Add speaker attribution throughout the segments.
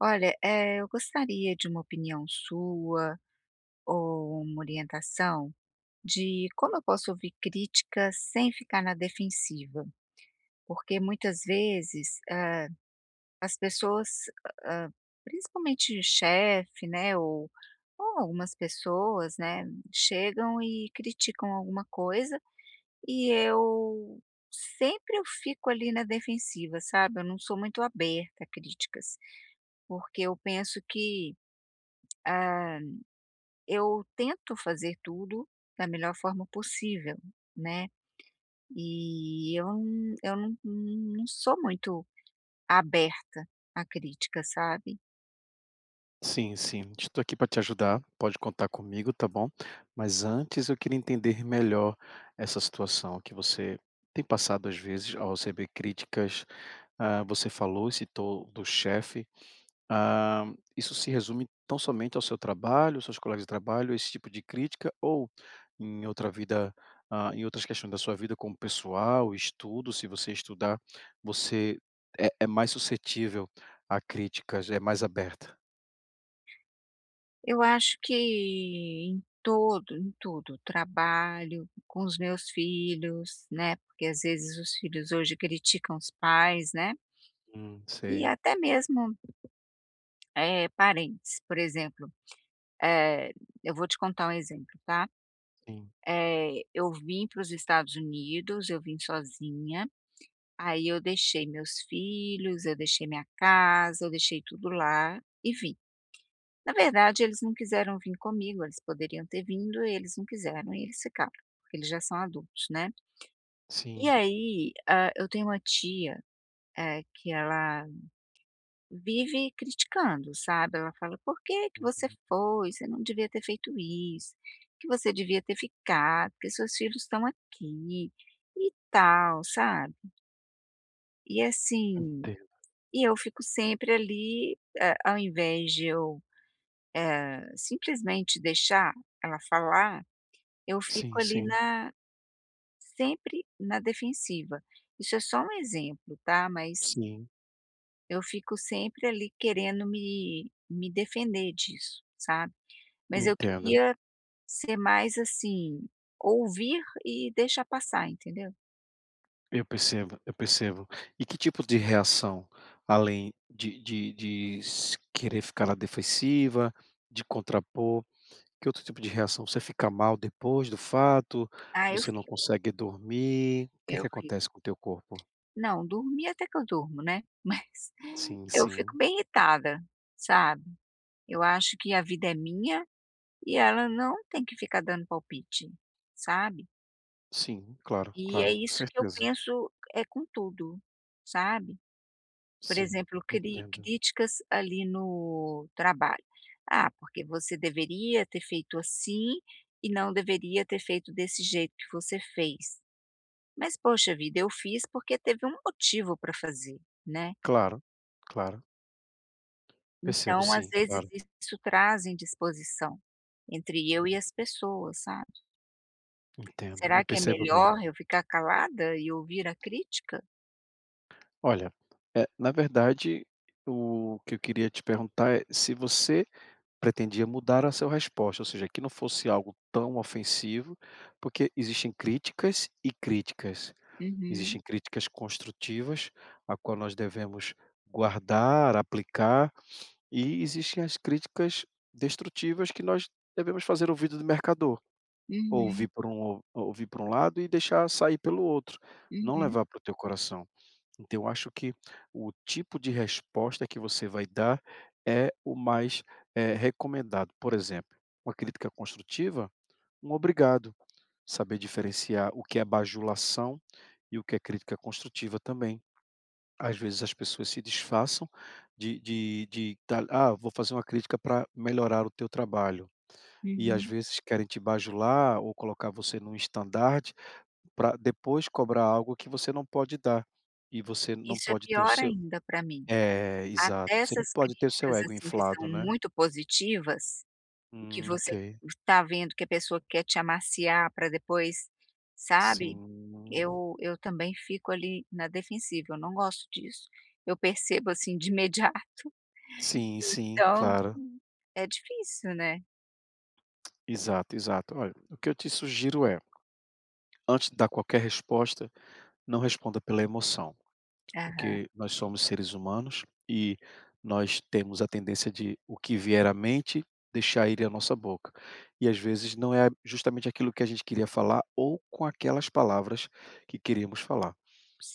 Speaker 1: Olha, eu gostaria de uma opinião sua ou uma orientação de como eu posso ouvir críticas sem ficar na defensiva, porque muitas vezes, as pessoas, hã, principalmente o chefe, né, ou algumas pessoas, né, chegam e criticam alguma coisa e eu sempre eu fico ali na defensiva, sabe, eu não sou muito aberta a críticas, porque eu penso que, ah, eu tento fazer tudo da melhor forma possível, né, e eu não sou muito aberta à crítica, sabe.
Speaker 2: Sim, sim. Estou aqui para te ajudar, pode contar comigo, tá bom? Mas antes eu queria entender melhor essa situação que você tem passado às vezes ao receber críticas. Ah, você falou e citou do chefe. Ah, isso se resume tão somente ao seu trabalho, aos seus colegas de trabalho, esse tipo de crítica, ou em outra vida, ah, em outras questões da sua vida, como pessoal, estudo, se você estudar, você é mais suscetível a críticas, é mais aberta.
Speaker 1: Eu acho que em todo em tudo, trabalho, com os meus filhos, né, porque às vezes os filhos hoje criticam os pais, né, e
Speaker 2: Sei.
Speaker 1: até mesmo, parentes. Por exemplo, eh, eu vou te contar um exemplo, tá.
Speaker 2: Sim,
Speaker 1: Eu vim para os Estados Unidos, eu vim sozinha. Aí eu deixei meus filhos, eu deixei minha casa, eu deixei tudo lá e vim. Na verdade, eles não quiseram vir comigo, eles poderiam ter vindo, eles não quiseram e eles ficaram, porque eles já são adultos, né. E
Speaker 2: sim.
Speaker 1: aí, eu tenho uma tia, que ela vive criticando, sabe. Ela fala: "Por que que você
Speaker 2: Uhum.
Speaker 1: foi? Você não devia ter feito isso, que você devia ter ficado, porque seus filhos estão aqui", e tal, sabe. E assim.
Speaker 2: Entendo.
Speaker 1: E eu fico sempre ali, ao invés de eu, simplesmente deixar ela falar, eu
Speaker 2: Sim,
Speaker 1: fico ali
Speaker 2: sim,
Speaker 1: na, sempre na defensiva. Isso é só um exemplo, tá, mas
Speaker 2: sim,
Speaker 1: eu fico sempre ali querendo me defender disso, sabe. Mas eu
Speaker 2: entendo.
Speaker 1: queria ser mais, assim, ouvir e deixar passar, entendeu.
Speaker 2: Eu percebo. E que tipo de reação, além de s querer ficar na defensiva, de contrapor, que outro tipo de reação? Você fica mal depois do fato?
Speaker 1: Ah, eu
Speaker 2: Você não
Speaker 1: fico,
Speaker 2: consegue dormir? O que é
Speaker 1: eu
Speaker 2: que
Speaker 1: fico.
Speaker 2: acontece com o teu corpo?
Speaker 1: Não, dormir até que eu durmo, né, mas
Speaker 2: Sim,
Speaker 1: eu fico
Speaker 2: sim.
Speaker 1: bem irritada, sabe. Eu acho que a vida é minha e ela não tem que ficar dando palpite, sabe.
Speaker 2: Sim, claro,
Speaker 1: E é
Speaker 2: claro, com
Speaker 1: isso que eu
Speaker 2: certeza.
Speaker 1: penso, é com tudo, sabe. Por
Speaker 2: Sim,
Speaker 1: exemplo, cri
Speaker 2: entendo.
Speaker 1: críticas ali no trabalho. "Ah, porque você deveria ter feito assim e não deveria ter feito desse jeito que você fez". Mas, poxa vida, eu fiz porque teve um motivo para fazer, né.
Speaker 2: Claro, claro. Percebo
Speaker 1: Então, às
Speaker 2: sim,
Speaker 1: vezes,
Speaker 2: claro.
Speaker 1: isso traz indisposição entre eu e as pessoas, sabe.
Speaker 2: Entendo, eu
Speaker 1: Será que é
Speaker 2: percebo bem.
Speaker 1: melhor eu ficar calada e ouvir a crítica?
Speaker 2: Olha, na verdade, o que eu queria te perguntar é se você pretendia mudar a sua resposta, ou seja, que não fosse algo tão ofensivo, porque existem críticas e críticas.
Speaker 1: Uhum,
Speaker 2: Existem críticas construtivas, a qual nós devemos guardar, aplicar, e existem as críticas destrutivas que nós devemos fazer ouvido do mercador,
Speaker 1: uhum,
Speaker 2: ouvir por um lado e deixar sair pelo outro, não
Speaker 1: uhum,
Speaker 2: levar para o teu coração. Então, eu acho que o tipo de resposta que você vai dar é o mais, recomendado. Por exemplo, uma crítica construtiva, um obrigado, saber diferenciar o que é bajulação e o que é crítica construtiva também. Às vezes as pessoas se disfarçam de tal: "Ah, vou fazer uma crítica para melhorar o teu trabalho", e às
Speaker 1: uhum.
Speaker 2: vezes querem te bajular ou colocar você num estandarte para depois cobrar algo que você não pode dar, e você não
Speaker 1: Isso é
Speaker 2: pode ter o
Speaker 1: pior
Speaker 2: seu
Speaker 1: ainda para mim.
Speaker 2: é,
Speaker 1: Até
Speaker 2: exato. Você não
Speaker 1: essas
Speaker 2: pode ter o seu
Speaker 1: críticas,
Speaker 2: ego
Speaker 1: assim, que são
Speaker 2: inflado, né.
Speaker 1: muito positivas, e que
Speaker 2: Ok.
Speaker 1: você está vendo que a pessoa quer te amaciar para depois, sabe,
Speaker 2: Sim.
Speaker 1: eu também fico ali na defensiva, eu não gosto disso. Eu percebo, assim, de imediato,
Speaker 2: Sim, sim,
Speaker 1: então
Speaker 2: claro.
Speaker 1: é difícil, né.
Speaker 2: Exato, exato. Olha, o que eu te sugiro é, antes de dar qualquer resposta, não responda pela emoção,
Speaker 1: Aham,
Speaker 2: porque nós somos seres humanos e nós temos a tendência de o que vier à mente, deixar ir à nossa boca. E às vezes não é justamente aquilo que a gente queria falar ou com aquelas palavras que queríamos falar.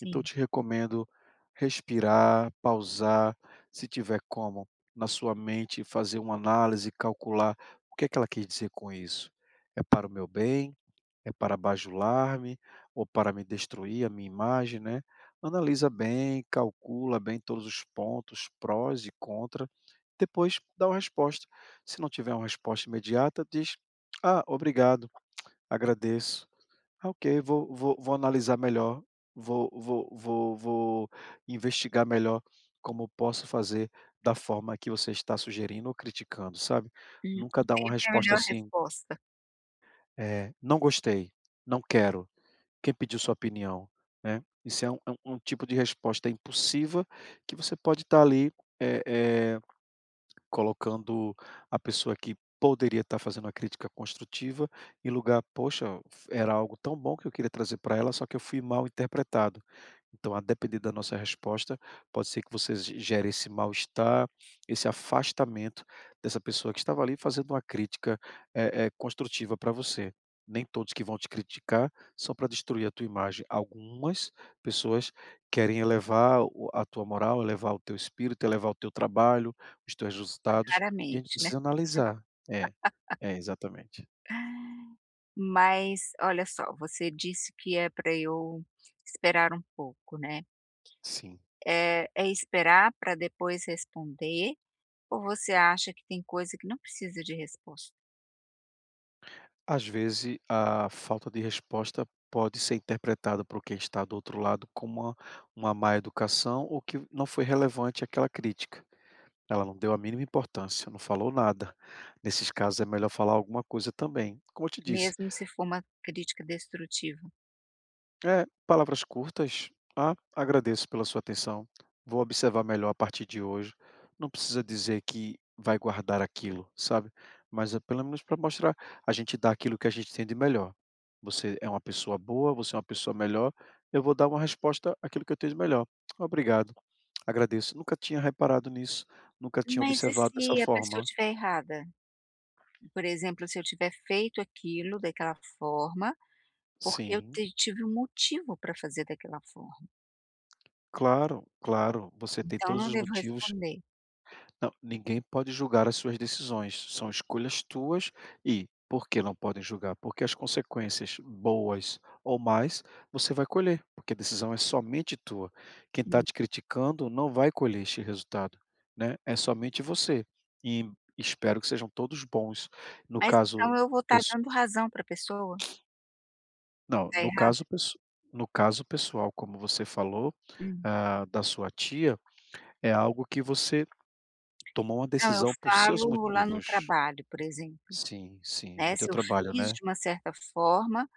Speaker 2: Então eu te recomendo respirar, pausar, se tiver como, na sua mente fazer uma análise, calcular o que é que ela quis dizer com isso. É para o meu bem? É para bajular-me ou para me destruir a minha imagem, né? Analisa bem, calcula bem todos os pontos, prós e contra, depois dá uma resposta. Se não tiver uma resposta imediata, diz: "Ah, obrigado, agradeço." Ah, ok, vou analisar melhor, vou investigar melhor como posso fazer da forma que você está sugerindo ou criticando, sabe. Nunca
Speaker 1: O
Speaker 2: dar uma
Speaker 1: tempo é a
Speaker 2: resposta
Speaker 1: melhor
Speaker 2: assim,
Speaker 1: resposta,
Speaker 2: eh: "Não gostei, não quero, quem pediu sua opinião?", né. Isso é um tipo de resposta impulsiva que você pode estar ali, eh eh colocando a pessoa que poderia estar fazendo uma crítica construtiva em lugar, poxa, era algo tão bom que eu queria trazer para ela, só que eu fui mal interpretado. Então, a depender da nossa resposta, pode ser que você gere esse mal-estar, esse afastamento dessa pessoa que estava ali fazendo uma crítica construtiva para você. Nem todos que vão te criticar são para destruir a tua imagem. Algumas pessoas querem elevar a tua moral, elevar o teu espírito, elevar o teu trabalho, isto é, os resultados, e a gente
Speaker 1: raramente, né.
Speaker 2: precisa analisar. É, é, exatamente.
Speaker 1: Mas olha só, você disse que é para eu esperar um pouco, né.
Speaker 2: Sim.
Speaker 1: Eh, é esperar para depois responder ou você acha que tem coisa que não precisa de resposta,
Speaker 2: Às vezes, a falta de resposta pode ser interpretada por quem está do outro lado como uma má educação ou que não foi relevante aquela crítica. Ela não deu a mínima importância, não falou nada. Nesses casos, é melhor falar alguma coisa também. Como eu te disse,
Speaker 1: mesmo se for uma crítica destrutiva?
Speaker 2: é, palavras curtas. Ah, agradeço pela sua atenção. Vou observar melhor a partir de hoje. Não precisa dizer que vai guardar aquilo, sabe? Mas é pelo menos para mostrar, a gente dá aquilo que a gente tem de melhor. Você é uma pessoa boa, você é uma pessoa melhor. Eu vou dar uma resposta àquilo que eu tenho de melhor. Obrigado. Agradeço. Nunca tinha reparado nisso, nunca tinha
Speaker 1: Mas e
Speaker 2: observado dessa
Speaker 1: se a pessoa
Speaker 2: forma.
Speaker 1: estiver errada? Por exemplo, se eu tiver feito aquilo daquela forma, porque eu
Speaker 2: Sim,
Speaker 1: ti tive um motivo para fazer daquela forma,
Speaker 2: claro, claro. Você tem
Speaker 1: então
Speaker 2: todos
Speaker 1: não
Speaker 2: os
Speaker 1: devo
Speaker 2: motivos.
Speaker 1: responder.
Speaker 2: Não, ninguém pode julgar as suas decisões, são escolhas tuas e por que não podem julgar? Porque as consequências, boas ou más, você vai colher, porque a decisão é somente tua. Quem está
Speaker 1: Hum.
Speaker 2: te criticando não vai colher este resultado, né? É somente você. E espero que sejam todos bons. No
Speaker 1: Mas
Speaker 2: caso,
Speaker 1: então eu vou estar
Speaker 2: pesso-
Speaker 1: dando razão para a pessoa que
Speaker 2: não,
Speaker 1: está
Speaker 2: no
Speaker 1: errada?
Speaker 2: caso, no caso pessoal, como você falou,
Speaker 1: Hum.
Speaker 2: ah, da sua tia, é algo que você tomou uma
Speaker 1: Não, eu
Speaker 2: decisão por seus
Speaker 1: falo lá no
Speaker 2: motivos.
Speaker 1: trabalho, por exemplo,
Speaker 2: Sim, sim, no
Speaker 1: né,
Speaker 2: teu
Speaker 1: se eu
Speaker 2: trabalho,
Speaker 1: fiz
Speaker 2: né?
Speaker 1: de uma certa forma,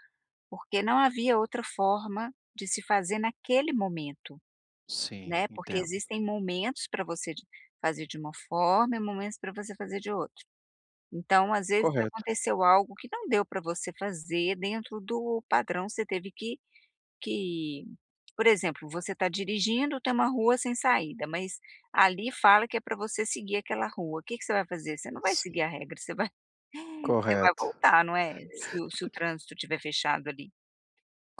Speaker 1: porque não havia outra forma de se fazer naquele momento,
Speaker 2: Sim,
Speaker 1: né, porque
Speaker 2: entendo.
Speaker 1: existem momentos para você de fazer de uma forma e momentos para você fazer de outro. Então, às vezes
Speaker 2: Correto,
Speaker 1: aconteceu algo que não deu para você fazer dentro do padrão, você teve que que Por exemplo, você está dirigindo, tem uma rua sem saída, mas ali fala que é para você seguir aquela rua. O que que você vai fazer? Você não vai
Speaker 2: sim,
Speaker 1: seguir a regra, você vai você vai
Speaker 2: correto,
Speaker 1: voltar, não é? Se o trânsito estiver fechado ali.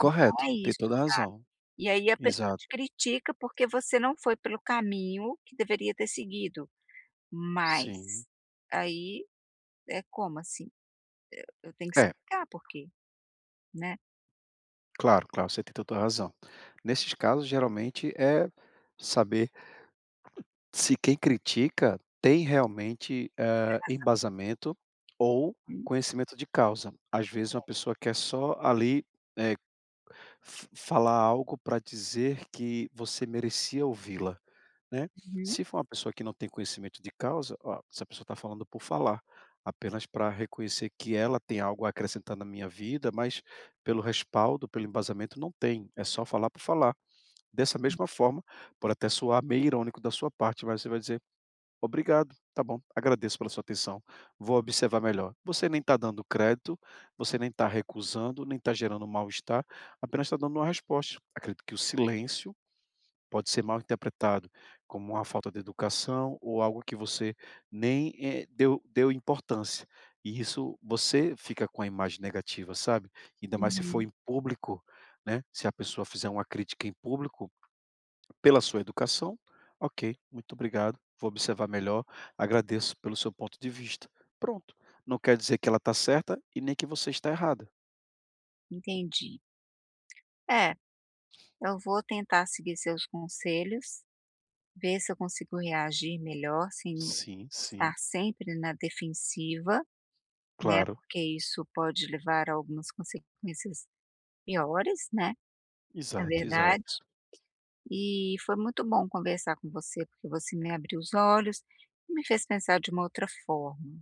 Speaker 1: Então é
Speaker 2: tem
Speaker 1: isso,
Speaker 2: toda a
Speaker 1: sabe.
Speaker 2: razão.
Speaker 1: E aí a pessoa
Speaker 2: Exato,
Speaker 1: te critica porque você não foi pelo caminho que deveria ter seguido,
Speaker 2: sim.
Speaker 1: mas aí é como assim? Eu tenho que
Speaker 2: É,
Speaker 1: explicar por quê, né.
Speaker 2: claro, claro, você tem toda a razão. Nesses casos, geralmente, é saber se quem critica tem realmente, embasamento ou conhecimento de causa. Às vezes, uma pessoa quer só ali, eh, f falar algo para dizer que você merecia ouvi-la. Né.
Speaker 1: Uhum,
Speaker 2: Se for uma pessoa que não tem conhecimento de causa, ó, essa pessoa está falando por falar, apenas para reconhecer que ela tem algo a acrescentar na minha vida, mas pelo respaldo, pelo embasamento não tem, é só falar por falar. Dessa
Speaker 1: sim.
Speaker 2: mesma forma, pode até soar meio irônico da sua parte, mas você vai dizer: "Obrigado, tá bom, agradeço pela sua atenção, vou observar melhor". Você nem está dando crédito, você nem está recusando, nem está gerando mal-estar, apenas está dando uma resposta. Acredito que o silêncio pode ser mal interpretado como uma falta de educação ou algo que você nem, deu importância. E isso você fica com a imagem negativa, sabe? Ainda mais se for
Speaker 1: Uhum,
Speaker 2: em público, né, se a pessoa fizer uma crítica em público pela sua educação, ok, muito obrigado, vou observar melhor, agradeço pelo seu ponto de vista. Pronto, não quer dizer que ela está certa e nem que você está errada.
Speaker 1: entendi. É, eu vou tentar seguir seus conselhos. Ver se eu consigo reagir melhor sem
Speaker 2: Sim,
Speaker 1: estar
Speaker 2: sim,
Speaker 1: sempre na defensiva, né,
Speaker 2: claro.
Speaker 1: porque isso pode levar a algumas consequências piores, né, na
Speaker 2: Exato, exato.
Speaker 1: verdade. E foi muito bom conversar com você, porque você me abriu os olhos e me fez pensar de uma outra forma.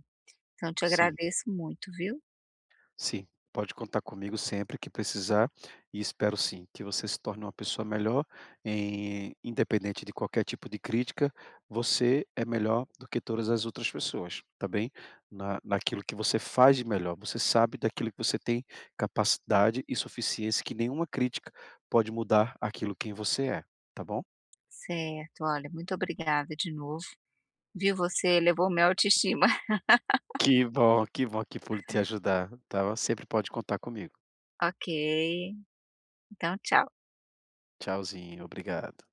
Speaker 1: Então te
Speaker 2: Sim.
Speaker 1: agradeço muito, viu.
Speaker 2: Sim, pode contar comigo sempre que precisar e espero sim que você se torne uma pessoa melhor, em independente de qualquer tipo de crítica, você é melhor do que todas as outras pessoas, tá bem? Na Naquilo que você faz de melhor, você sabe daquilo que você tem capacidade e suficiência que nenhuma crítica pode mudar aquilo quem você é, tá bom?
Speaker 1: Certo, olha, muito obrigada de novo, viu, você elevou minha autoestima.
Speaker 2: Que bom, que bom que pude te ajudar, tá? Sempre pode contar comigo.
Speaker 1: Ok, então tchau.
Speaker 2: Tchauzinho, obrigado.